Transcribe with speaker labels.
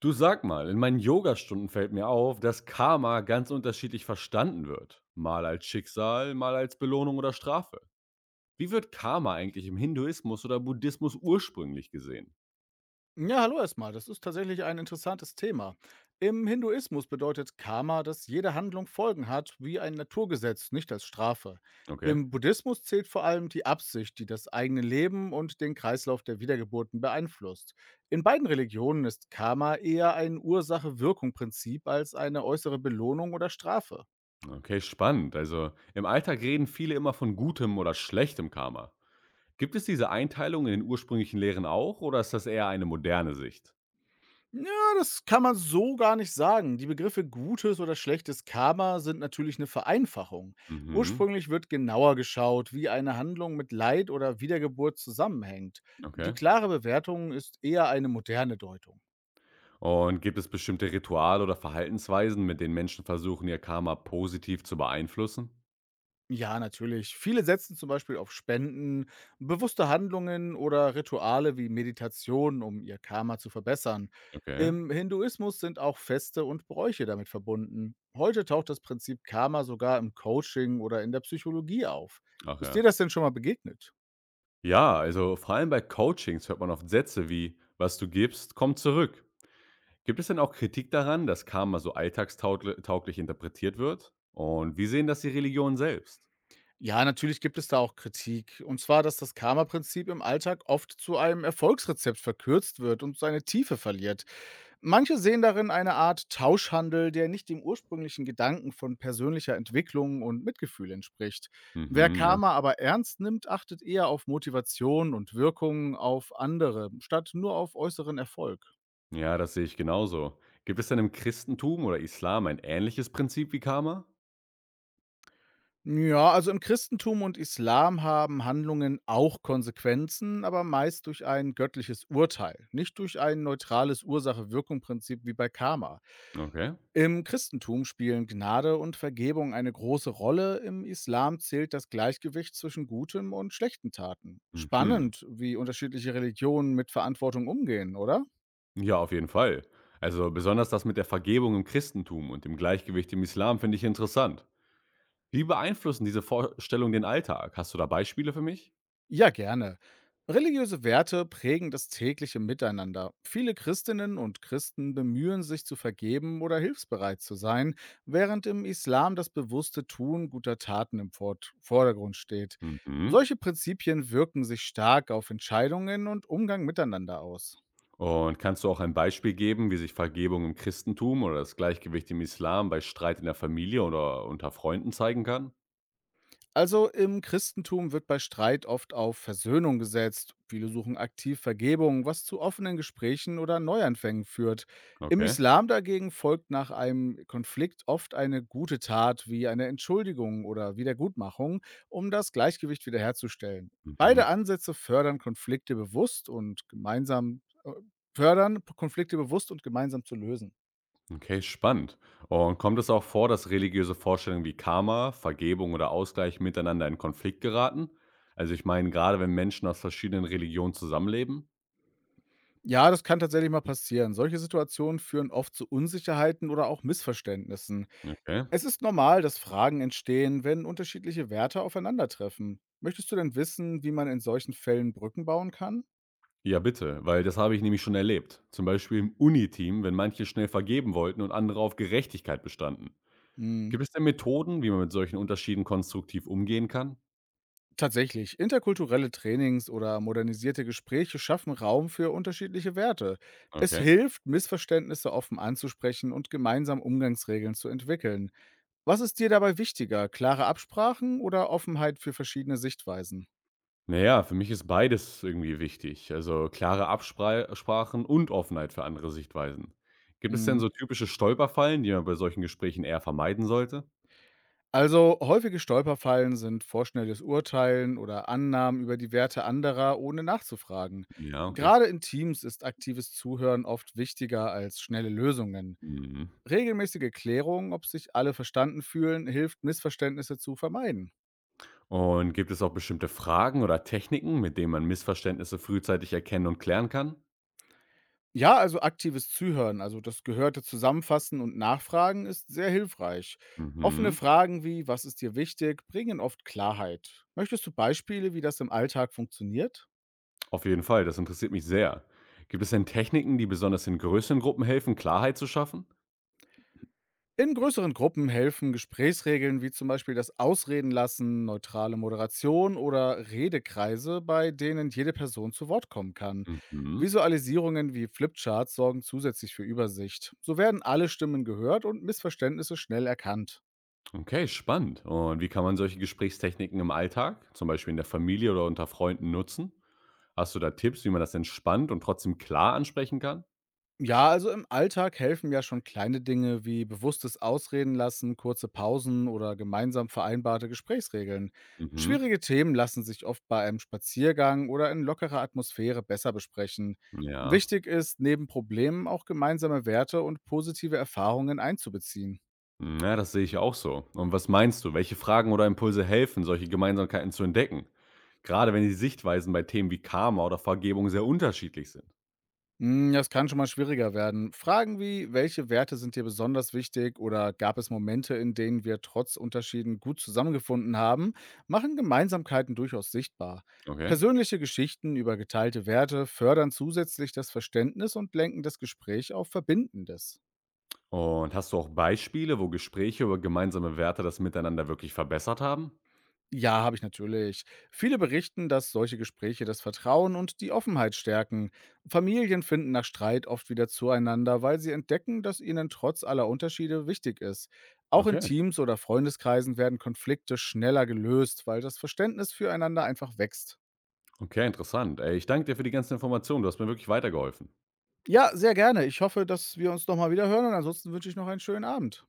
Speaker 1: Du sag mal, in meinen Yogastunden fällt mir auf, dass Karma ganz unterschiedlich verstanden wird. Mal als Schicksal, mal als Belohnung oder Strafe. Wie wird Karma eigentlich im Hinduismus oder Buddhismus ursprünglich gesehen?
Speaker 2: Ja, hallo erstmal. Das ist tatsächlich ein interessantes Thema. Im Hinduismus bedeutet Karma, dass jede Handlung Folgen hat, wie ein Naturgesetz, nicht als Strafe.
Speaker 1: Okay.
Speaker 2: Im Buddhismus zählt vor allem die Absicht, die das eigene Leben und den Kreislauf der Wiedergeburten beeinflusst. In beiden Religionen ist Karma eher ein Ursache-Wirkung-Prinzip als eine äußere Belohnung oder Strafe.
Speaker 1: Okay, spannend. Also im Alltag reden viele immer von gutem oder schlechtem Karma. Gibt es diese Einteilung in den ursprünglichen Lehren auch oder ist das eher eine moderne Sicht?
Speaker 2: Ja, das kann man so gar nicht sagen. Die Begriffe gutes oder schlechtes Karma sind natürlich eine Vereinfachung.
Speaker 1: Mhm,
Speaker 2: Ursprünglich wird genauer geschaut, wie eine Handlung mit Leid oder Wiedergeburt zusammenhängt. Die
Speaker 1: okay.
Speaker 2: klare Bewertung ist eher eine moderne Deutung.
Speaker 1: Und gibt es bestimmte Rituale oder Verhaltensweisen, mit denen Menschen versuchen, ihr Karma positiv zu beeinflussen?
Speaker 2: Ja, natürlich. Viele setzen zum Beispiel auf Spenden, bewusste Handlungen oder Rituale wie Meditation, um ihr Karma zu verbessern.
Speaker 1: Okay.
Speaker 2: Im Hinduismus sind auch Feste und Bräuche damit verbunden. Heute taucht das Prinzip Karma sogar im Coaching oder in der Psychologie auf.
Speaker 1: Ach
Speaker 2: Ist dir
Speaker 1: ja.
Speaker 2: das denn schon mal begegnet?
Speaker 1: Ja, also vor allem bei Coachings hört man oft Sätze wie, was du gibst, kommt zurück. Gibt es denn auch Kritik daran, dass Karma so alltagstauglich interpretiert wird? Und wie sehen das die Religionen selbst?
Speaker 2: Ja, natürlich gibt es da auch Kritik. Und zwar, dass das Karma-Prinzip im Alltag oft zu einem Erfolgsrezept verkürzt wird und seine Tiefe verliert. Manche sehen darin eine Art Tauschhandel, der nicht dem ursprünglichen Gedanken von persönlicher Entwicklung und Mitgefühl entspricht. Wer
Speaker 1: Mhm, ja.
Speaker 2: Karma aber ernst nimmt, achtet eher auf Motivation und Wirkung auf andere, statt nur auf äußeren Erfolg.
Speaker 1: Ja, das sehe ich genauso. Gibt es denn im Christentum oder Islam ein ähnliches Prinzip wie Karma?
Speaker 2: Ja, also im Christentum und Islam haben Handlungen auch Konsequenzen, aber meist durch ein göttliches Urteil, nicht durch ein neutrales Ursache-Wirkung-Prinzip wie bei Karma.
Speaker 1: Okay.
Speaker 2: Im Christentum spielen Gnade und Vergebung eine große Rolle, im Islam zählt das Gleichgewicht zwischen gutem und schlechten Taten.
Speaker 1: Mhm.
Speaker 2: Spannend, wie unterschiedliche Religionen mit Verantwortung umgehen, oder?
Speaker 1: Ja, auf jeden Fall. Also besonders das mit der Vergebung im Christentum und dem Gleichgewicht im Islam finde ich interessant. Wie beeinflussen diese Vorstellungen den Alltag? Hast du da Beispiele für mich?
Speaker 2: Ja, gerne. Religiöse Werte prägen das tägliche Miteinander. Viele Christinnen und Christen bemühen sich zu vergeben oder hilfsbereit zu sein, während im Islam das bewusste Tun guter Taten im Vordergrund steht.
Speaker 1: Mhm.
Speaker 2: Solche Prinzipien wirken sich stark auf Entscheidungen und Umgang miteinander aus.
Speaker 1: Und kannst du auch ein Beispiel geben, wie sich Vergebung im Christentum oder das Gleichgewicht im Islam bei Streit in der Familie oder unter Freunden zeigen kann?
Speaker 2: Also im Christentum wird bei Streit oft auf Versöhnung gesetzt. Viele suchen aktiv Vergebung, was zu offenen Gesprächen oder Neuanfängen führt. Im
Speaker 1: Okay.
Speaker 2: Islam dagegen folgt nach einem Konflikt oft eine gute Tat wie eine Entschuldigung oder Wiedergutmachung, um das Gleichgewicht wiederherzustellen.
Speaker 1: Mhm.
Speaker 2: Beide Ansätze fördern Konflikte bewusst und gemeinsam Fördern Konflikte bewusst und gemeinsam zu lösen.
Speaker 1: Okay, spannend. Und kommt es auch vor, dass religiöse Vorstellungen wie Karma, Vergebung oder Ausgleich miteinander in Konflikt geraten? Also ich meine, gerade wenn Menschen aus verschiedenen Religionen zusammenleben?
Speaker 2: Ja, das kann tatsächlich mal passieren. Solche Situationen führen oft zu Unsicherheiten oder auch Missverständnissen.
Speaker 1: Okay.
Speaker 2: Es ist normal, dass Fragen entstehen, wenn unterschiedliche Werte aufeinandertreffen. Möchtest du denn wissen, wie man in solchen Fällen Brücken bauen kann?
Speaker 1: Ja, bitte, weil das habe ich nämlich schon erlebt. Zum Beispiel im Uni-Team, wenn manche schnell vergeben wollten und andere auf Gerechtigkeit bestanden.
Speaker 2: Hm.
Speaker 1: Gibt es denn Methoden, wie man mit solchen Unterschieden konstruktiv umgehen kann?
Speaker 2: Tatsächlich, interkulturelle Trainings oder modernisierte Gespräche schaffen Raum für unterschiedliche Werte. Es
Speaker 1: Okay.
Speaker 2: hilft, Missverständnisse offen anzusprechen und gemeinsam Umgangsregeln zu entwickeln. Was ist dir dabei wichtiger, klare Absprachen oder Offenheit für verschiedene Sichtweisen?
Speaker 1: Na ja, für mich ist beides irgendwie wichtig, also klare Absprachen und Offenheit für andere Sichtweisen. Gibt es denn
Speaker 2: Hm.
Speaker 1: so typische Stolperfallen, die man bei solchen Gesprächen eher vermeiden sollte?
Speaker 2: Also häufige Stolperfallen sind vorschnelles Urteilen oder Annahmen über die Werte anderer, ohne nachzufragen.
Speaker 1: Ja, okay.
Speaker 2: Gerade in Teams ist aktives Zuhören oft wichtiger als schnelle Lösungen.
Speaker 1: Mhm.
Speaker 2: Regelmäßige Klärung, ob sich alle verstanden fühlen, hilft, Missverständnisse zu vermeiden.
Speaker 1: Und gibt es auch bestimmte Fragen oder Techniken, mit denen man Missverständnisse frühzeitig erkennen und klären kann?
Speaker 2: Ja, also aktives Zuhören, also das gehörte Zusammenfassen und Nachfragen ist sehr hilfreich. Offene
Speaker 1: Mhm.
Speaker 2: Fragen wie, was ist dir wichtig, bringen oft Klarheit. Möchtest du Beispiele, wie das im Alltag funktioniert?
Speaker 1: Auf jeden Fall, das interessiert mich sehr. Gibt es denn Techniken, die besonders in größeren Gruppen helfen, Klarheit zu schaffen?
Speaker 2: In größeren Gruppen helfen Gesprächsregeln wie zum Beispiel das Ausreden lassen, neutrale Moderation oder Redekreise, bei denen jede Person zu Wort kommen kann.
Speaker 1: Mhm.
Speaker 2: Visualisierungen wie Flipcharts sorgen zusätzlich für Übersicht. So werden alle Stimmen gehört und Missverständnisse schnell erkannt.
Speaker 1: Okay, spannend. Und wie kann man solche Gesprächstechniken im Alltag, zum Beispiel in der Familie oder unter Freunden, nutzen? Hast du da Tipps, wie man das entspannt und trotzdem klar ansprechen kann?
Speaker 2: Ja, also im Alltag helfen ja schon kleine Dinge wie bewusstes Ausreden lassen, kurze Pausen oder gemeinsam vereinbarte Gesprächsregeln.
Speaker 1: Mhm.
Speaker 2: Schwierige Themen lassen sich oft bei einem Spaziergang oder in lockerer Atmosphäre besser besprechen.
Speaker 1: Ja.
Speaker 2: Wichtig ist, neben Problemen auch gemeinsame Werte und positive Erfahrungen einzubeziehen.
Speaker 1: Na, das sehe ich auch so. Und was meinst du? Welche Fragen oder Impulse helfen, solche Gemeinsamkeiten zu entdecken? Gerade wenn die Sichtweisen bei Themen wie Karma oder Vergebung sehr unterschiedlich sind.
Speaker 2: Hm, das kann schon mal schwieriger werden. Fragen wie, welche Werte sind dir besonders wichtig oder gab es Momente, in denen wir trotz Unterschieden gut zusammengefunden haben, machen Gemeinsamkeiten durchaus sichtbar.
Speaker 1: Okay.
Speaker 2: Persönliche Geschichten über geteilte Werte fördern zusätzlich das Verständnis und lenken das Gespräch auf Verbindendes.
Speaker 1: Und hast du auch Beispiele, wo Gespräche über gemeinsame Werte das Miteinander wirklich verbessert haben?
Speaker 2: Ja, habe ich natürlich. Viele berichten, dass solche Gespräche das Vertrauen und die Offenheit stärken. Familien finden nach Streit oft wieder zueinander, weil sie entdecken, dass ihnen trotz aller Unterschiede wichtig ist. Auch in
Speaker 1: Okay.
Speaker 2: Teams oder Freundeskreisen werden Konflikte schneller gelöst, weil das Verständnis füreinander einfach wächst.
Speaker 1: Okay, interessant. Ey, ich danke dir für die ganzen Informationen. Du hast mir wirklich weitergeholfen.
Speaker 2: Ja, sehr gerne. Ich hoffe, dass wir uns nochmal wieder hören und ansonsten wünsche ich noch einen schönen Abend.